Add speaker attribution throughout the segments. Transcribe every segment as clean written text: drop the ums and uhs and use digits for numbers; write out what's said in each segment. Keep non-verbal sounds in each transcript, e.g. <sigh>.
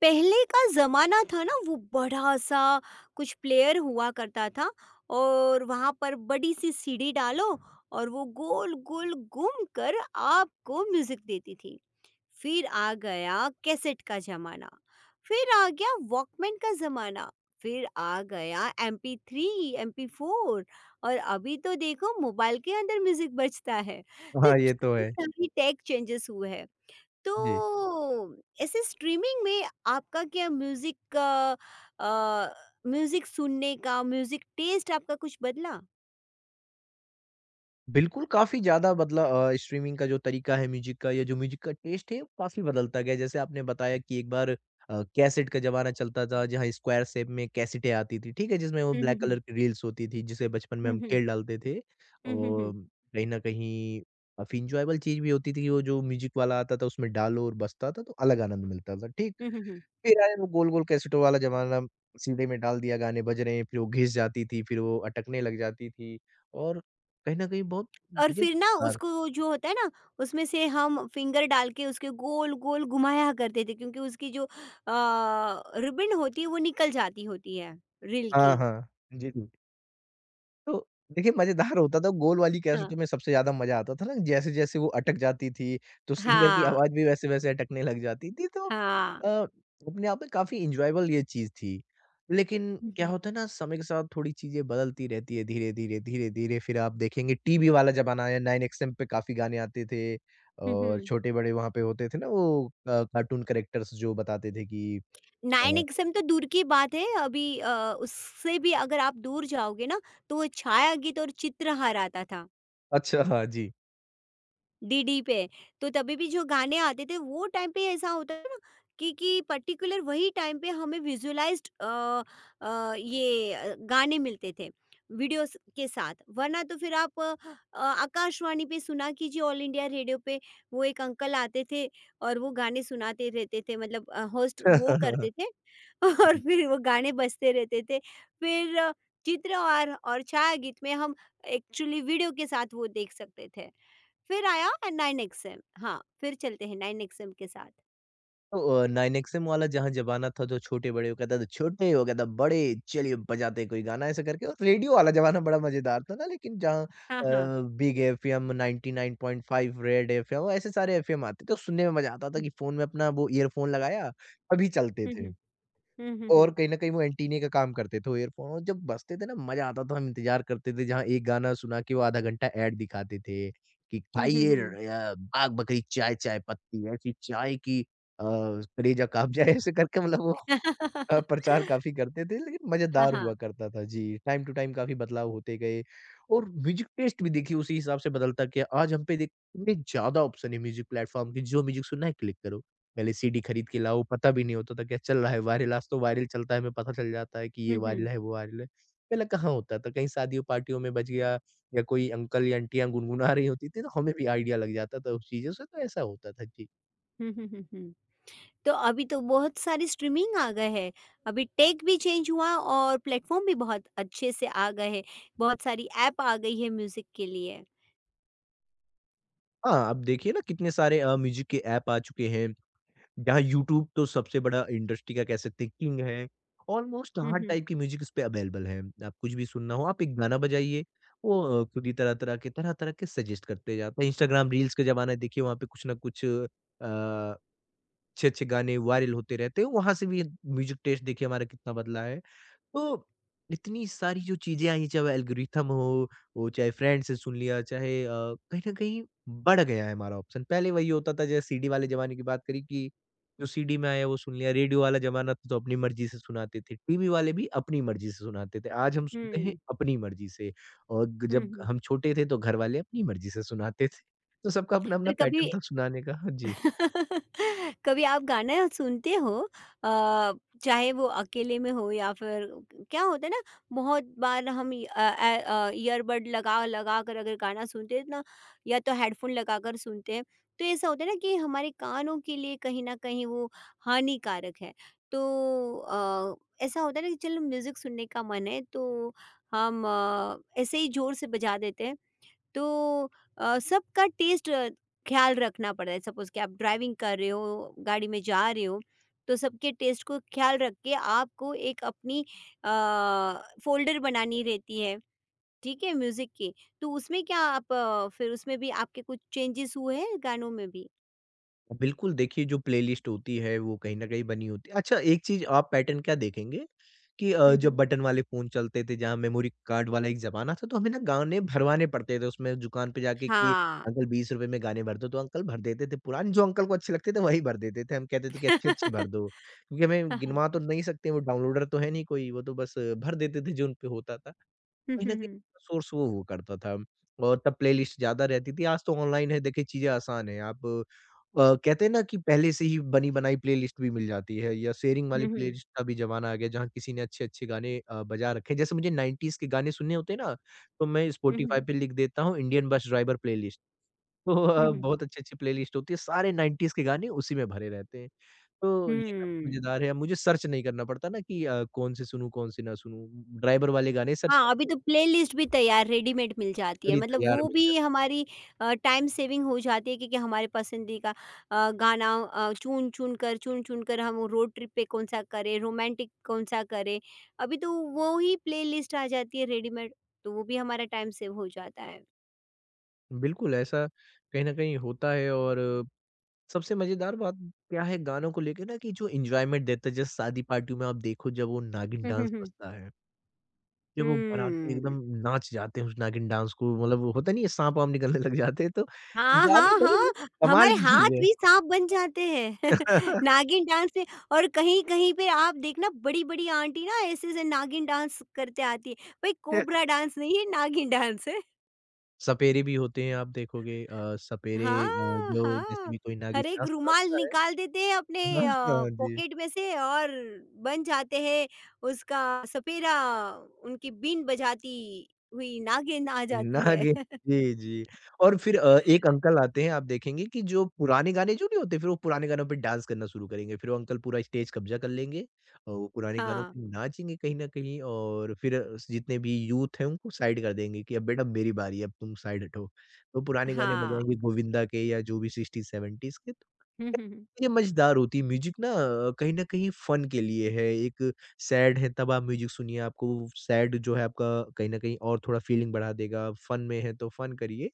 Speaker 1: पहले का ज़माना था ना, वो बड़ा-सा कुछ प्लेयर हुआ करता था। और वहाँ पर बड़ी-सी सीढ़ी डालो और वो गोल-गोल घूम कर आपको म्यूज़िक देती थी। फिर आ गया कैसेट का ज़माना, फिर आ गया वॉकमैन का ज़माना, फिर आ गया एमपी थ्री, एमपी फोर और अभी तो देखो मोबाइल के अंदर म्यूज़िक बजता है। तो
Speaker 2: हाँ, ये तो
Speaker 1: कितनी
Speaker 2: है।
Speaker 1: सारी टेक चेंजेस हुए हैं। तो
Speaker 2: जी।
Speaker 1: ऐसे स्ट्रीमिंग में आपका क्या म्यूजिक का अ, म्यूजिक सुनने का म्यूजिक टेस्ट आपका कुछ बदला?
Speaker 2: बिल्कुल, काफ़ी ज़्यादा बदला। स्ट्रीमिंग का जो तरीका है म्यूज़िक का या जो म्यूज़िक का टेस्ट है, वो काफ़ी बदलता गया। जैसे आपने बताया कि एक बार कैसेट का ज़माना चलता था, जहाँ स्क्वायर शेप में कैसेटें आती थी, ठीक है? जिसमें वो
Speaker 1: हुँ, हुँ,
Speaker 2: ब्लैक कलर
Speaker 1: हुँ।
Speaker 2: की रील्स होती थी, जिसे बचपन में
Speaker 1: हुँ,
Speaker 2: हम
Speaker 1: हुँ।
Speaker 2: खेल डालते थे।
Speaker 1: हुँ, हुँ,
Speaker 2: और
Speaker 1: हुँ।
Speaker 2: कहीं न कहीं काफ़ी एन्जॉयबल चीज़ भी होती थी कि वो जो म्यूज़िक वाला आता था, उसमें डालो और बजता था, तो अलग आनंद मिलता था, ठीक?
Speaker 1: हुँ, हुँ, हुँ।
Speaker 2: फिर आया वो गोल-गोल कैसेटों वाला ज़माना, सीडी में डाल दिया गाने बज रहे हैं, फिर वो घिस जाती थी, फिर वो अटकने लग जाती थी और कहीं न कहीं बहुत
Speaker 1: और फिर ना
Speaker 2: मजेदार।
Speaker 1: उसको जो होता है ना, उसमें से हम फिंगर डाल के उसके गोल-गोल घुमाया करते थे, क्योंकि उसकी जो रिबन होती है वो निकल जाती होती है रील
Speaker 2: हाँ,
Speaker 1: की।
Speaker 2: हाँ। जी। जी। तो देखिए मज़ेदार होता था, गोल वाली
Speaker 1: हाँ।
Speaker 2: कैसेटों में सबसे ज़्यादा मज़ा आता था ना, जैसे-जैसे वो अटक जाती थी, तो सिंगर की
Speaker 1: हाँ,
Speaker 2: आवाज़ भी वैसे-वैसे अटकने लग जाती थी, तो अ,
Speaker 1: हाँ।
Speaker 2: अपने आप में काफ़ी एन्जॉयबल ये चीज़ थी। लेकिन
Speaker 1: हुँ,
Speaker 2: क्या
Speaker 1: हुँ।
Speaker 2: होता है ना, समय के साथ थोड़ी चीज़ें बदलती रहती है धीरे-धीरे, धीरे-धीरे, फिर आप देखेंगे टीवी वाला ज़माना आया, 9 एक्सएम पे काफ़ी गाने आते थे
Speaker 1: हुँ,
Speaker 2: और
Speaker 1: हुँ।
Speaker 2: छोटे-बड़े वहाँ पे होते थे ना वो कार्टून कैरेक्टर्स जो बताते थे कि
Speaker 1: 9
Speaker 2: अ,
Speaker 1: एक्सएम तो दूर की बात है, अभी उससे भी अगर आप दूर जाओगे ना तो वो छाया गीत और चित्रहार आता था।
Speaker 2: अच्छा, हाँ जी।
Speaker 1: डीडी पे, तो तभी भी जो गाने आते थे वो टाइम पे ऐसा होता है ना कि पर्टिकुलर वही टाइम पे हमें विजुअलाइज्ड ये गाने मिलते थे वीडियोस के साथ, वरना तो फिर आप आकाशवाणी पे सुना कीजिए, ऑल इंडिया रेडियो पे। वो एक अंकल आते थे और वो गाने सुनाते रहते थे, मतलब होस्ट वो करते
Speaker 2: <laughs>
Speaker 1: थे। <laughs> और
Speaker 2: जी।
Speaker 1: फिर वो गाने बजते रहते थे। फिर चित्र और छाया गीत में हम एक्चुअली वीडियो के साथ वो देख सकते थे। फिर आया 9 एक्सएम। हाँ, फिर चलते हैं 9 एक्सएम के साथ।
Speaker 2: तो 9XM वाला जहाँ ज़माना था जो छोटे-बड़े हो गया था, तो छोटे हो गया था, बड़े चलिए बजाते हैं कोई गाना ऐसा करके और रेडियो वाला ज़माना बड़ा मज़ेदार था ना लेकिन जहाँ
Speaker 1: हाँ, हाँ।
Speaker 2: बिग एफएम 99.5 रेड एफएम ऐसे सारे एफएम आते थे, तो सुनने में मज़ा आता था
Speaker 1: हुँ,
Speaker 2: कि फ़ोन में अपना वो ईयरफ़ोन लगाया, तभी चलते
Speaker 1: हुँ,
Speaker 2: थे।
Speaker 1: हुँ। हुँ, हुँ,
Speaker 2: और
Speaker 1: हुँ।
Speaker 2: कहीं न कहीं वो एंटीने का काम करते थे वो ईयरफ़ोन और जब बजते थे ना मज़ा आता था हम इंतज़ार करते थे जहाँ एक गाना सुना के वो आधा घंटा ऐड दिखाते थे कि
Speaker 1: हुँ, हुँ,
Speaker 2: खाइए
Speaker 1: हुँ।
Speaker 2: बाग बकरी चाय, चाय पत्ती ऐसी चाय की कलेजा काँप जाए ऐसे करके मतलब वो
Speaker 1: <laughs>
Speaker 2: प्रचार काफ़ी करते थे लेकिन
Speaker 1: हाँ,
Speaker 2: मज़ेदार
Speaker 1: हाँ।
Speaker 2: हुआ करता था। जी, टाइम टू टाइम काफ़ी बदलाव होते गए और म्यूज़िक टेस्ट भी देखिए उसी हिसाब से बदलता गया। आज हम पे देख इतने ज़्यादा ऑप्शन है म्यूज़िक प्लेटफ़ॉर्म के, जो म्यूज़िक सुनना है क्लिक करो। पहले सीडी खरीद के लाओ, पता भी नहीं होता था क्या चल रहा है वायरल। आज तो वायरल चलता है हमें पता चल जाता है कि ये
Speaker 1: हुँ,
Speaker 2: वायरल
Speaker 1: हुँ।
Speaker 2: है, वो वायरल है। पहले कहाँ होता था, कहीं शादियों पार्टियों में बज गया या कोई अंकल या आंटियाँ गुनगुना रही होती थी तो हमें भी आइडिया लग जाता था उस चीज़ों से तो ऐसा होता था। जी।
Speaker 1: हुँ, हुँ, हुँ, हुँ। तो अभी तो बहुत सारी स्ट्रीमिंग आ गए हैं। अभी टेक भी चेंज हुआ और प्लेटफ़ॉर्म भी बहुत अच्छे से आ गए हैं। बहुत सारी ऐप आ गई है म्यूज़िक के लिए।
Speaker 2: हाँ, अब देखिए ना कितने सारे म्यूज़िक के ऐप आ चुके हैं। यहाँ यूट्यूब तो सबसे बड़ा इंडस्ट्री का कह सकते हैं किंग है। ऑलमोस्ट
Speaker 1: हुँ,
Speaker 2: हर
Speaker 1: हुँ।
Speaker 2: टाइप की म्यूज़िक इस पे अवेलेबल है। आप कुछ भी सुनना हो, आप एक गाना बजाइए, वो खुद ही तरह-तरह के सजेस्ट करते जाते हैं। इंस्टाग्राम रील्स का ज़माना है, देखिए वहाँ पे कुछ ना कुछ अच्छे-अच्छे गाने वायरल होते रहते हैं। वहाँ से भी म्यूज़िक टेस्ट देखिए हमारा कितना बदला है। तो इतनी सारी जो चीज़ें आई, चाहे वो एल्गोरिथम हो, वो चाहे फ्रेंड से सुन लिया, चाहे कहीं न कहीं बढ़ गया है हमारा ऑप्शन। पहले वही होता था जैसे सीडी वाले ज़माने की बात करी कि जो सीडी में आया वो सुन लिया, रेडियो वाला ज़माना था तो अपनी मर्ज़ी से सुनाते थे, टीवी वाले भी अपनी मर्ज़ी से सुनाते थे। आज हम सुनते हैं
Speaker 1: हुँ।
Speaker 2: अपनी मर्ज़ी से और ग
Speaker 1: हुँ,
Speaker 2: जब
Speaker 1: हुँ।
Speaker 2: हम छोटे थे तो घर वाले अपनी मर्ज़ी से सुनाते थे। तो सबका अपना-अपना
Speaker 1: पर कभी
Speaker 2: पैटर्न था सुनाने का। हाँ जी।
Speaker 1: <laughs> कभी आप गाना सुनते हो, अ, चाहे वो अकेले में हो या फिर, क्या होता है ना, बहुत बार हम ईयरबड लगा लगा कर अगर गाना सुनते हैं ना या तो हेडफोन लगा कर सुनते हैं, तो ऐसा होता है ना कि हमारे कानों के लिए कहीं ना कहीं वो हानिकारक है। तो अ, ऐसा होता है ना कि चलो म्यूज़िक सुनने का मन है, तो हम ऐसे ही ज़ोर से बजा देते हैं। तो सबका टेस्ट ख्याल रखना पड़ता है। सपोज़ कि आप ड्राइविंग कर रहे हो, गाड़ी में जा रहे हो, तो सबके टेस्ट को ख्याल रख के आपको एक अपनी अ, फ़ोल्डर बनानी रहती है, ठीक है, म्यूज़िक की। तो उसमें क्या आप, फिर उसमें भी आपके कुछ चेंजेस हुए हैं गानों में भी?
Speaker 2: बिल्कुल, देखिए जो प्लेलिस्ट होती है वो कहीं न कहीं बनी होती है। अच्छा एक चीज़ आप पैटर्न क्या देखेंगे कि
Speaker 1: हुँ,
Speaker 2: जब
Speaker 1: हुँ।
Speaker 2: बटन वाले फ़ोन चलते थे जहाँ मेमोरी कार्ड वाला एक ज़माना था तो हमें ना गाने भरवाने पड़ते थे उसमें दुकान पे जाके कि अंकल 20 रुपए में गाने भर दो, तो अंकल भर देते थे पुराने जो अंकल को अच्छे लगते थे वही भर देते थे। हम कहते थे कि
Speaker 1: <laughs>
Speaker 2: अच्छे-अच्छे भर
Speaker 1: हाँ।
Speaker 2: दो क्योंकि हमें गिनवा तो नहीं सकते वो डाउनलोडर तो है नहीं कोई, वो तो बस भर देते थे जो उन पे होता था।
Speaker 1: हुँ,
Speaker 2: कहीं न
Speaker 1: हुँ,
Speaker 2: कहीं
Speaker 1: हुँ।
Speaker 2: सोर्स वो हुआ करता था और तब प्लेलिस्ट ज़्यादा रहती थी, आज तो ऑनलाइन है देखिए चीज़ें आसान हैं। आप कहते हैं ना कि पहले से ही बनी-बनाई प्लेलिस्ट भी मिल जाती है या शेयरिंग वाली
Speaker 1: हुँ, हुँ।
Speaker 2: प्लेलिस्ट का भी ज़माना आ गया जहाँ किसी ने अच्छे-अच्छे गाने बजा रखे हैं। जैसे मुझे 90s के गाने सुनने होते हैं ना, तो मैं
Speaker 1: हुँ, हुँ,
Speaker 2: स्पॉटिफ़ाई पे लिख देता हूँ इंडियन बस ड्राइवर प्लेलिस्ट। तो
Speaker 1: हुँ, हुँ,
Speaker 2: बहुत अच्छी-अच्छी प्लेलिस्ट होती है, सारे 90s के गाने उसी में भरे रहते हैं। तो ये काफ़ी
Speaker 1: हुँ।
Speaker 2: मज़ेदार है, अब मुझे सर्च नहीं करना पड़ता ना कि कौन से सुनूँ, कौन से ना सुनूँ। ड्राइवर वाले गाने सर्च
Speaker 1: हाँ, अभी तो प्लेलिस्ट भी तैयार रेडीमेड मिल जाती है,
Speaker 2: करी
Speaker 1: मतलब
Speaker 2: तैयार
Speaker 1: वो
Speaker 2: मिल
Speaker 1: भी
Speaker 2: जाती।
Speaker 1: हमारी टाइम सेविंग हो जाती है, क्योंकि हमारे पसंदीदा गाना चुन-चुन कर हम रोड ट्रिप पे कौन-सा करें, रोमांटिक कौन-सा करें, अभी तो वो ही प्लेलिस्ट आ जाती है रेडीमेड, तो वो भी हमारा टाइम सेव हो जाता है।
Speaker 2: बिल्कुल, ऐसा कहीं न कहीं होता है और सबसे मज़ेदार बात क्या है गानों को लेके ना कि जो एन्जॉयमेंट देता है, जैसे शादी पार्टियों में आप देखो जब वो नागिन
Speaker 1: <laughs> हुँ, हुँ,
Speaker 2: डांस
Speaker 1: हुँ।
Speaker 2: बजता है, जब वो बाराती
Speaker 1: हुँ।
Speaker 2: एकदम नाच जाते हैं उस नागिन डांस को मतलब वो होता नहीं है साँप-वाँप निकलने लग जाते हैं तो
Speaker 1: हाँ,
Speaker 2: गाने
Speaker 1: हाँ,
Speaker 2: बड़े मतलब
Speaker 1: हाँ,
Speaker 2: कमाल
Speaker 1: हमारे
Speaker 2: की
Speaker 1: हाथ
Speaker 2: चीज़ है।
Speaker 1: भी साँप बन जाते हैं <laughs>
Speaker 2: <laughs>
Speaker 1: नागिन डांस से। और कहीं-कहीं पे आप देखना, बड़ी-बड़ी आंटी ना ऐसे-ऐसे नागिन डांस करते आती है। भाई कोबरा डांस नहीं है, नागिन डांस है।
Speaker 2: सपेरे भी होते हैं आप देखोगे सपेरे
Speaker 1: हाँ,
Speaker 2: जो जैसे
Speaker 1: हाँ।
Speaker 2: भी कोई नागिन
Speaker 1: हर एक
Speaker 2: डांस
Speaker 1: रुमाल
Speaker 2: नाचता है
Speaker 1: निकाल देते हैं अपने
Speaker 2: <laughs> हाँ, हाँ जी।
Speaker 1: पॉकेट में से और बन जाते हैं उसका सपेरा। उनकी बीन बजाती हुई नागिन आ जाती है।
Speaker 2: नागे
Speaker 1: <laughs>
Speaker 2: जी, जी। और फिर एक अंकल आते हैं आप देखेंगे कि जो पुराने गाने जो नहीं होते, फिर वो पुराने गानों पे डांस करना शुरू करेंगे। फिर वो अंकल पूरा स्टेज कब्ज़ा कर लेंगे और वो पुराने गानों
Speaker 1: हाँ,
Speaker 2: पे नाचेंगे कहीं न कहीं और फिर स जितने भी यूथ हैं उनको साइड कर देंगे कि अब बेटा मेरी बारी है, अब तुम साइड हटो। तो पुराने गाने
Speaker 1: हाँ।
Speaker 2: बजाएँगे गोविंदा के या जो भी 60s, 70s के। तो
Speaker 1: <laughs> हुँ, हुँ, हुँ।
Speaker 2: ये मज़ेदार होती है म्यूज़िक ना कहीं न कहीं फ़न के लिए है, एक सैड है तब आप म्यूज़िक सुनिए, आपको सैड जो है आपका कहीं न कहीं और थोड़ा फ़ीलिंग बढ़ा देगा, फ़न में है तो फ़न करिए।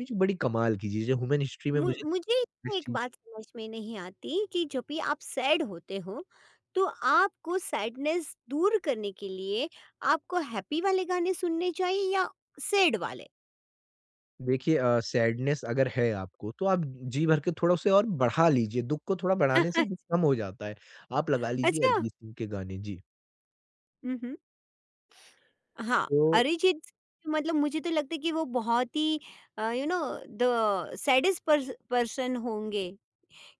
Speaker 2: म्यूज़िक बड़ी कमाल की चीज़ है, ह्यूमन हिस्ट्री में
Speaker 1: मु
Speaker 2: मुझे
Speaker 1: मुझे ये
Speaker 2: इस
Speaker 1: एक
Speaker 2: चीज़
Speaker 1: बात समझ में नहीं आती कि जब भी आप सैड होते हो, तो आपको सैडनेस दूर करने के लिए आपको हैप्पी वाले गाने सुनने चाहिए या सैड वाले?
Speaker 2: देखिए सैडनेस अगर है आपको तो आप जी भर के थोड़ा उसे और बढ़ा लीजिए, दुःख को थोड़ा बढ़ाने से दुःख कम
Speaker 1: <laughs>
Speaker 2: हो जाता है। आप लगा लीजिए
Speaker 1: अच्छा।
Speaker 2: अरिजीत सिंह के गाने, जी।
Speaker 1: हुँ, हुँ। हाँ,
Speaker 2: तो
Speaker 1: अरिजीत सिंह, मतलब मुझे तो लगता है कि वो बहुत ही uh, you know the saddest person होंगे।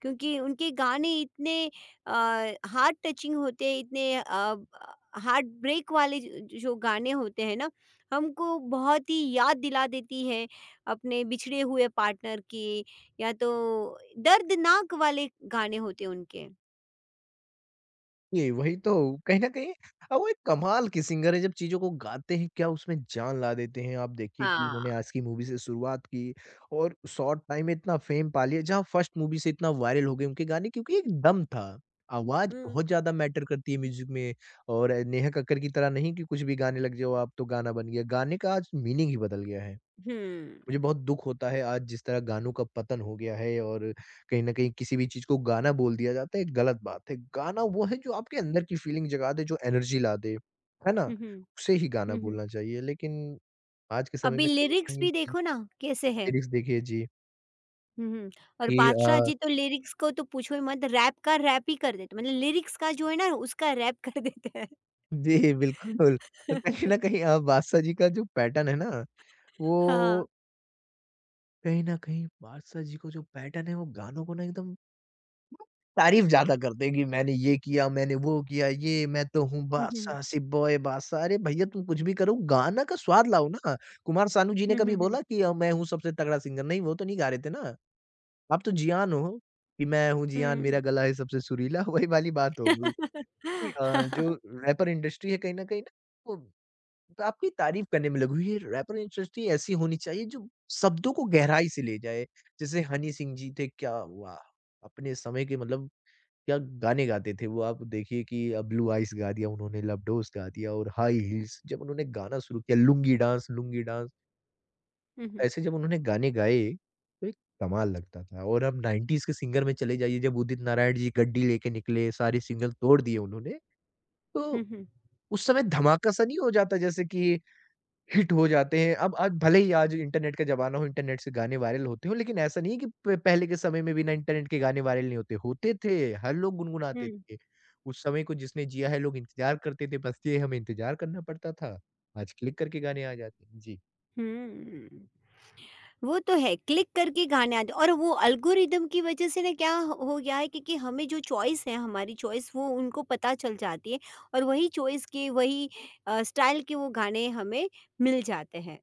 Speaker 1: क्योंकि उनके गाने इतने अ, हार्ट टचिंग होते हैं, इतने हार्ट ब्रेक वाले ज जो गाने होते हैं ना, हमको बहुत ही याद दिला देती है अपने बिछड़े हुए पार्टनर की, या तो दर्दनाक वाले गाने होते हैं उनके।
Speaker 2: ये वही तो, कहीं न कहीं अब वो एक कमाल के सिंगर हैं, जब चीज़ों को गाते हैं क्या उसमें जान ला देते हैं। आप देखिए कि उन्होंने
Speaker 1: हाँ।
Speaker 2: आज की मूवी से शुरुआत की और शॉर्ट टाइम में इतना फ़ेम पा लिया, जहाँ फर्स्ट मूवी से इतना वायरल हो गए उनके गाने क्योंकि एक दम था। आवाज़
Speaker 1: हुँ,
Speaker 2: बहुत ज़्यादा मैटर करती है म्यूज़िक में और नेहा कक्कड़ की तरह नहीं कि कुछ भी गाने लग जाओ आप तो गाना बन गया। गाने का आज मीनिंग ही बदल गया है। मुझे
Speaker 1: हुँ,
Speaker 2: बहुत दुःख होता है आज जिस तरह गानों का पतन हो गया है और कहीं न कहीं किसी भी चीज़ को गाना बोल दिया जाता है, एक गलत बात है। गाना वो है जो आपके अंदर की फ़ीलिंग जगा दे, जो एनर्जी ला दे, है ना?
Speaker 1: हुँ, हुँ,
Speaker 2: उसे ही गाना
Speaker 1: हुँ, हुँ।
Speaker 2: बोलना चाहिए लेकिन आज के समय
Speaker 1: अभी
Speaker 2: में कहीं न
Speaker 1: लिरिक्स
Speaker 2: कहीं ये
Speaker 1: भी
Speaker 2: चीज़
Speaker 1: देखो ना कैसे हैं।
Speaker 2: लिरिक्स देखिए जी,
Speaker 1: हुँ, हुँ। और
Speaker 2: कि
Speaker 1: बादशाह जी तो लिरिक्स को तो पूछो ही मत, रैप का रैप ही कर देते, मतलब लिरिक्स का जो है ना उसका रैप कर देते हैं।
Speaker 2: जी बिल्कुल, तो कहीं न
Speaker 1: <laughs>
Speaker 2: कहीं बादशाह जी का जो पैटर्न है ना,
Speaker 1: हाँ।
Speaker 2: वो कहीं न कहीं बादशाह जी को जो पैटर्न है वो गानों को ना एकदम तारीफ़ ज़्यादा करते हैं कि मैंने ये किया, मैंने वो किया, ये मैं तो हूँ
Speaker 1: हुँ, हुँ, हुँ।
Speaker 2: बादशाह, सिप बॉय बादशाह। अरे भैया तुम कुछ भी करो, गाना का स्वाद लाओ ना। कुमार सानू जी ने
Speaker 1: हुँ,
Speaker 2: कभी
Speaker 1: हुँ, हुँ।
Speaker 2: बोला कि मैं हूँ सबसे तगड़ा सिंगर? नहीं, वो तो नहीं गा रहे थे ना। आप तो जियान हो कि मैं हूँ जियान, मेरा
Speaker 1: हुँ।
Speaker 2: गला है सबसे सुरीला, <laughs> वही वाली बात हो गई। कि जो रैपर इंडस्ट्री है कहीं न कहीं ना वो तो आपकी तारीफ़ करने में लगी हुई है। रैपर इंडस्ट्री ऐसी होनी चाहिए जो शब्दों को गहराई से ले जाए। जैसे हनी सिंह जी थे, क्या वाह! अपने समय के मतलब क्या गाने गाते थे वो। आप देखिए कि ब्लू आइज़ गा दिया उन्होंने, लवडोज़ गा दिया और हाई हील्स। जब उन्होंने गाना शुरू किया लुंगी डांस,
Speaker 1: हुँ, हुँ।
Speaker 2: ऐसे जब उन्होंने गाने गाए, तो एक कमाल लगता था और अब 90s के सिंगर में चले जाइए जब उदित नारायण जी गड्डी लेके निकले, सारे सिंगल तोड़ दिए उन्होंने,
Speaker 1: हुँ,
Speaker 2: तो
Speaker 1: हुँ।
Speaker 2: उस समय धमाका-सा नहीं हो जाता जैसे कि हिट हो जाते हैं। अब आज भले ही आज इंटरनेट का ज़माना हो, इंटरनेट से गाने वायरल होते हो, लेकिन ऐसा नहीं है कि प पहले के समय में बिना इंटरनेट के गाने वायरल नहीं होते। होते थे, हर लोग गुनगुनाते
Speaker 1: हुँ।
Speaker 2: थे। उस समय को जिसने जिया है लोग इंतज़ार करते थे, बस ये हमें इंतज़ार करना पड़ता था। आज क्लिक करके गाने आ जाते हैं। जी।
Speaker 1: हुँ। <laughs> वो तो है, क्लिक करके गाने आते, और वो एल्गोरिदम की वजह से ना क्या हो गया है, क्योंकि हमें जो चॉइस है, हमारी चॉइस वो उनको पता चल जाती है और वही चॉइस के वही स्टाइल के वो गाने हमें मिल जाते हैं।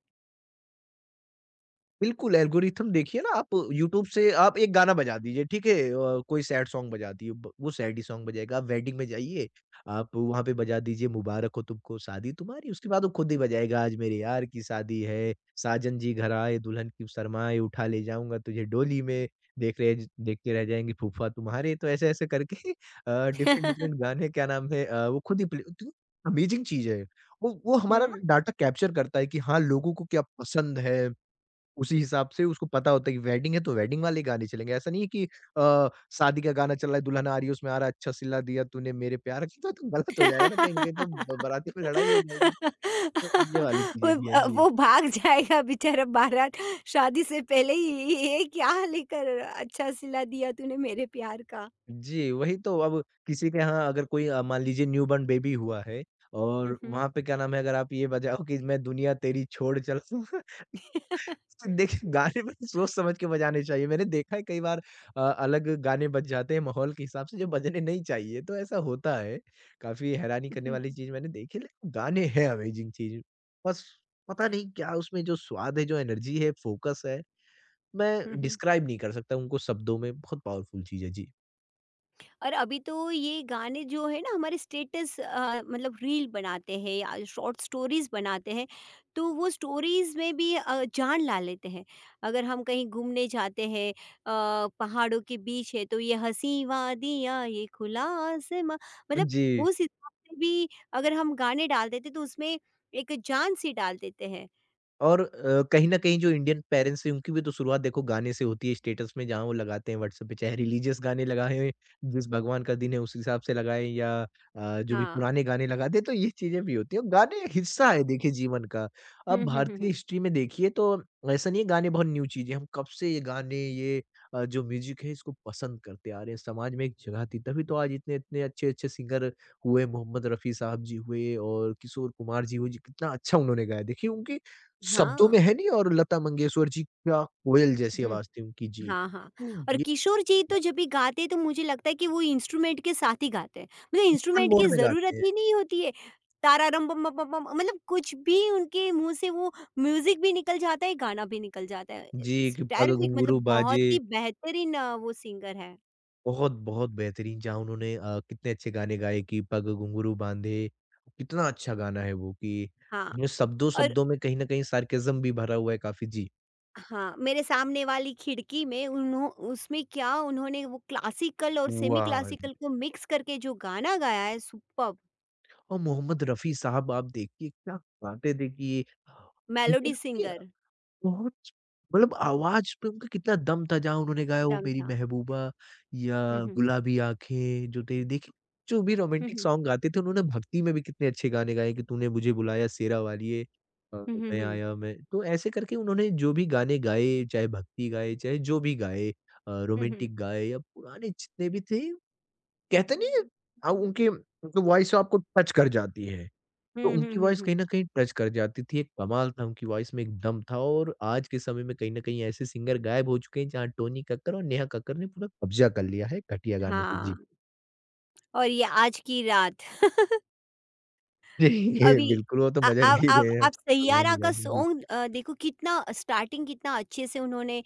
Speaker 2: बिल्कुल, एल्गोरिथम देखिए ना आप यूट्यूब से आप एक गाना बजा दीजिए, ठीक है? कोई सैड सॉन्ग बजा दिए, ब वो सैड ही सॉन्ग बजाएगा। आप वेडिंग में जाइए, आप वहाँ पे बजा दीजिए मुबारक हो तुमको शादी तुम्हारी, उसके बाद वो खुद ही बजाएगा आज मेरे यार की शादी है, साजन जी घर आए दुल्हन की शर्माए, उठा ले जाऊँगा तुझे डोली में, देख रहे ज देखते रह जाएँगे फूफा तुम्हारे। तो ऐसे-ऐसे करके <laughs> डिफरेंट-डिफरेंट
Speaker 1: <laughs>
Speaker 2: गाने क्या नाम है वो खुद ही प्ले तो अमेज़िंग चीज़ है। वो हमारा ना
Speaker 1: हुँ।
Speaker 2: डाटा कैप्चर करता है कि हाँ, लोगों को क्या पसंद है। उसी हिसाब से उसको पता होता है कि वेडिंग है तो वेडिंग वाले गाने चलेंगे। ऐसा नहीं है कि अ, शादी का गाना चल रहा है, दुल्हन आ रही है उसमें आ रहा है अच्छा सिला दिया तूने मेरे प्यार का, तो गलत हो जाएगा ना कहीं न कहीं तो ब बारातियों
Speaker 1: <laughs>
Speaker 2: में लड़ाई हो जाएगी। तो
Speaker 1: <laughs>
Speaker 2: ये वाली
Speaker 1: वो
Speaker 2: चीज़ें भी हैं। जी।
Speaker 1: वो भाग जाएगा बेचारा बारात, शादी से पहले ही ये क्या लेकर, अच्छा सिला दिया तूने मेरे प्यार का।
Speaker 2: जी, वही तो अब किसी के यहाँ अगर कोई मान लीजिए न्यू बॉर्न बेबी हुआ है और
Speaker 1: हुँ,
Speaker 2: वहाँ पे क्या नाम है अगर आप ये बजाओ कि मैं दुनिया तेरी छोड़ चलूँ <laughs> देखिए, गाने में सोच समझ के बजाने चाहिए। मैंने देखा है कई बार अलग गाने बज जाते हैं माहौल के हिसाब से जो बजने नहीं चाहिए, तो ऐसा होता है। काफ़ी हैरानी करने वाली चीज़ मैंने देखी है लेकिन गाने हैं अमेज़िंग चीज़। बस पता नहीं क्या उसमें जो स्वाद है, जो एनर्जी है, फ़ोकस है, मैं
Speaker 1: हुँ।
Speaker 2: डिस्क्राइब नहीं कर सकता उनको शब्दों में। बहुत पावरफुल चीज़ है। जी।
Speaker 1: और अभी तो ये गाने जो है ना हमारे स्टेटस, मतलब रील बनाते हैं या शॉर्ट स्टोरीज बनाते हैं, तो वो स्टोरीज में भी जान ला लेते हैं। अगर हम कहीं घूमने जाते हैं, पहाड़ों के बीच है, तो ये हंसी वादियाँ, ये खुला आसमां, मतलब
Speaker 2: जी।
Speaker 1: उस हिसाब से भी अगर हम गाने डाल देते तो उसमें एक जान सी डाल देते हैं।
Speaker 2: और कहीं न कहीं जो इंडियन पेरेंट्स हैं उनकी भी तो शुरुआत देखो गाने से होती है स्टेटस में जहाँ वो लगाते हैं व्हाट्सएप पे चाहे रिलीजियस गाने लगाएँ, जिस भगवान का दिन है उस हिसाब से लगाएँ या जो भी
Speaker 1: हाँ।
Speaker 2: पुराने गाने लगाते हैं तो ये चीज़ें भी होती हैं और गाने एक हिस्सा है देखिए जीवन का।
Speaker 1: हम्म,
Speaker 2: अब
Speaker 1: हम्म, हम्म,
Speaker 2: भारतीय हिस्ट्री में देखिए तो ऐसा नहीं है गाने बहुत न्यू चीज़ है, हम कब से ये गाने ये जो म्यूज़िक है इसको पसंद करते आ रहे हैं, समाज में एक जगह थी तभी तो आज इतने-इतने अच्छे-अच्छे सिंगर हुए, मोहम्मद रफ़ी साहब जी हुए और किशोर कुमार जी हुए जी कितना अच्छा उन्होंने गाया। देखिए उनकी शब्दों में
Speaker 1: हाँ।
Speaker 2: है नहीं और लता मंगेशकर जी क्या कोयल जैसी आवाज़ थी उनकी जी।
Speaker 1: हाँ, हाँ।
Speaker 2: तो
Speaker 1: और
Speaker 2: ये
Speaker 1: किशोर जी तो जब भी गाते हैं तो मुझे लगता है कि वो इंस्ट्रूमेंट के साथ ही गाते हैं। मतलब
Speaker 2: फन
Speaker 1: इंस्ट्रूमेंट
Speaker 2: मोड
Speaker 1: की
Speaker 2: में गाते
Speaker 1: ज़रूरत
Speaker 2: हैं।
Speaker 1: ही नहीं होती है। तारारम बम बम बम बम, मतलब कुछ भी उनके मुँह से, वो म्यूज़िक भी निकल जाता है, गाना भी निकल जाता है।
Speaker 2: जी,
Speaker 1: इट्स
Speaker 2: कि पग
Speaker 1: टेरिफिक,
Speaker 2: घुंघरू
Speaker 1: मतलब
Speaker 2: बाजे
Speaker 1: बहुत ही बेहतरीन वो सिंगर है।
Speaker 2: बहुत-बहुत बेहतरीन जहाँ उन्होंने कितने अच्छे गाने गाए कि पग घुंघरू बाँधे, कितना अच्छा गाना है वो कि
Speaker 1: हाँ,
Speaker 2: उसमें
Speaker 1: और
Speaker 2: शब्दों-शब्दों में कहीं न कहीं सार्केज़्म भी भरा हुआ है काफ़ी जी।
Speaker 1: हाँ, मेरे सामने वाली खिड़की में उन्हों उसमें क्या उन्होंने वो क्लासिकल और सेमी
Speaker 2: वाह!
Speaker 1: क्लासिकल को मिक्स करके जो गाना गाया है, सुपर्ब!
Speaker 2: और मोहम्मद रफ़ी साहब आप देखिए क्या गाते देखिए।
Speaker 1: मेलोडी सिंगर,
Speaker 2: बहुत मतलब आवाज़ पे उनका कितना दम था जहाँ उन्होंने गाया वो
Speaker 1: दम
Speaker 2: मेरी
Speaker 1: था।
Speaker 2: महबूबा या
Speaker 1: हुँ,
Speaker 2: गुलाबी आँखें जो तेरी देखिए, जो भी रोमांटिक
Speaker 1: हुँ।
Speaker 2: सॉन्ग गाते थे उन्होंने भक्ति में भी कितने अच्छे गाने गाए कि तूने मुझे बुलाया शेरा वालिए
Speaker 1: हुँ, हुँ,
Speaker 2: मैं
Speaker 1: हुँ।
Speaker 2: आया मैं तो ऐसे करके उन्होंने जो भी गाने गाए, चाहे भक्ति गाए, चाहे जो भी गाए
Speaker 1: हुँ, हुँ।
Speaker 2: रोमांटिक गाए या पुराने जितने भी थे कहते नहीं है अ, उनके उनकी वॉइस आपको टच कर जाती है।
Speaker 1: हुँ,
Speaker 2: तो
Speaker 1: हुँ,
Speaker 2: उनकी
Speaker 1: हुँ,
Speaker 2: वॉइस
Speaker 1: हुँ।
Speaker 2: कहीं न कहीं टच कर जाती थी, एक कमाल था उनकी वॉइस में एक दम था और आज के समय में कहीं न कहीं ऐसे सिंगर गायब हो चुके हैं जहाँ टोनी कक्कर और नेहा कक्कर ने पूरा कब्ज़ा कर लिया है घटिया गानों से।
Speaker 1: हाँ,
Speaker 2: जी।
Speaker 1: और ये आज की रात।
Speaker 2: <laughs> जी। ये
Speaker 1: अभी
Speaker 2: बिल्कुल वो तो मज़ा ले
Speaker 1: अब
Speaker 2: ही
Speaker 1: अब
Speaker 2: रहे हैं।
Speaker 1: अब
Speaker 2: भगवान
Speaker 1: सैयारा
Speaker 2: ही
Speaker 1: का
Speaker 2: जाने जी।
Speaker 1: सॉन्ग, देखो कितना स्टार्टिंग कितना अच्छे से उन्होंने,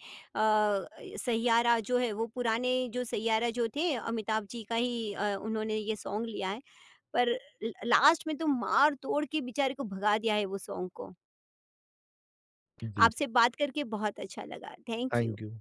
Speaker 1: सैयारा जो है वो पुराने जो सैयारा जो थे अमिताभ जी का ही, उन्होंने ये सॉन्ग लिया है। पर ल लास्ट में तो मार-तोड़ के बेचारे को भगा दिया है वो सॉन्ग को।
Speaker 2: जी,
Speaker 1: आपसे बात करके बहुत अच्छा लगा। Thank you.
Speaker 2: Thank you.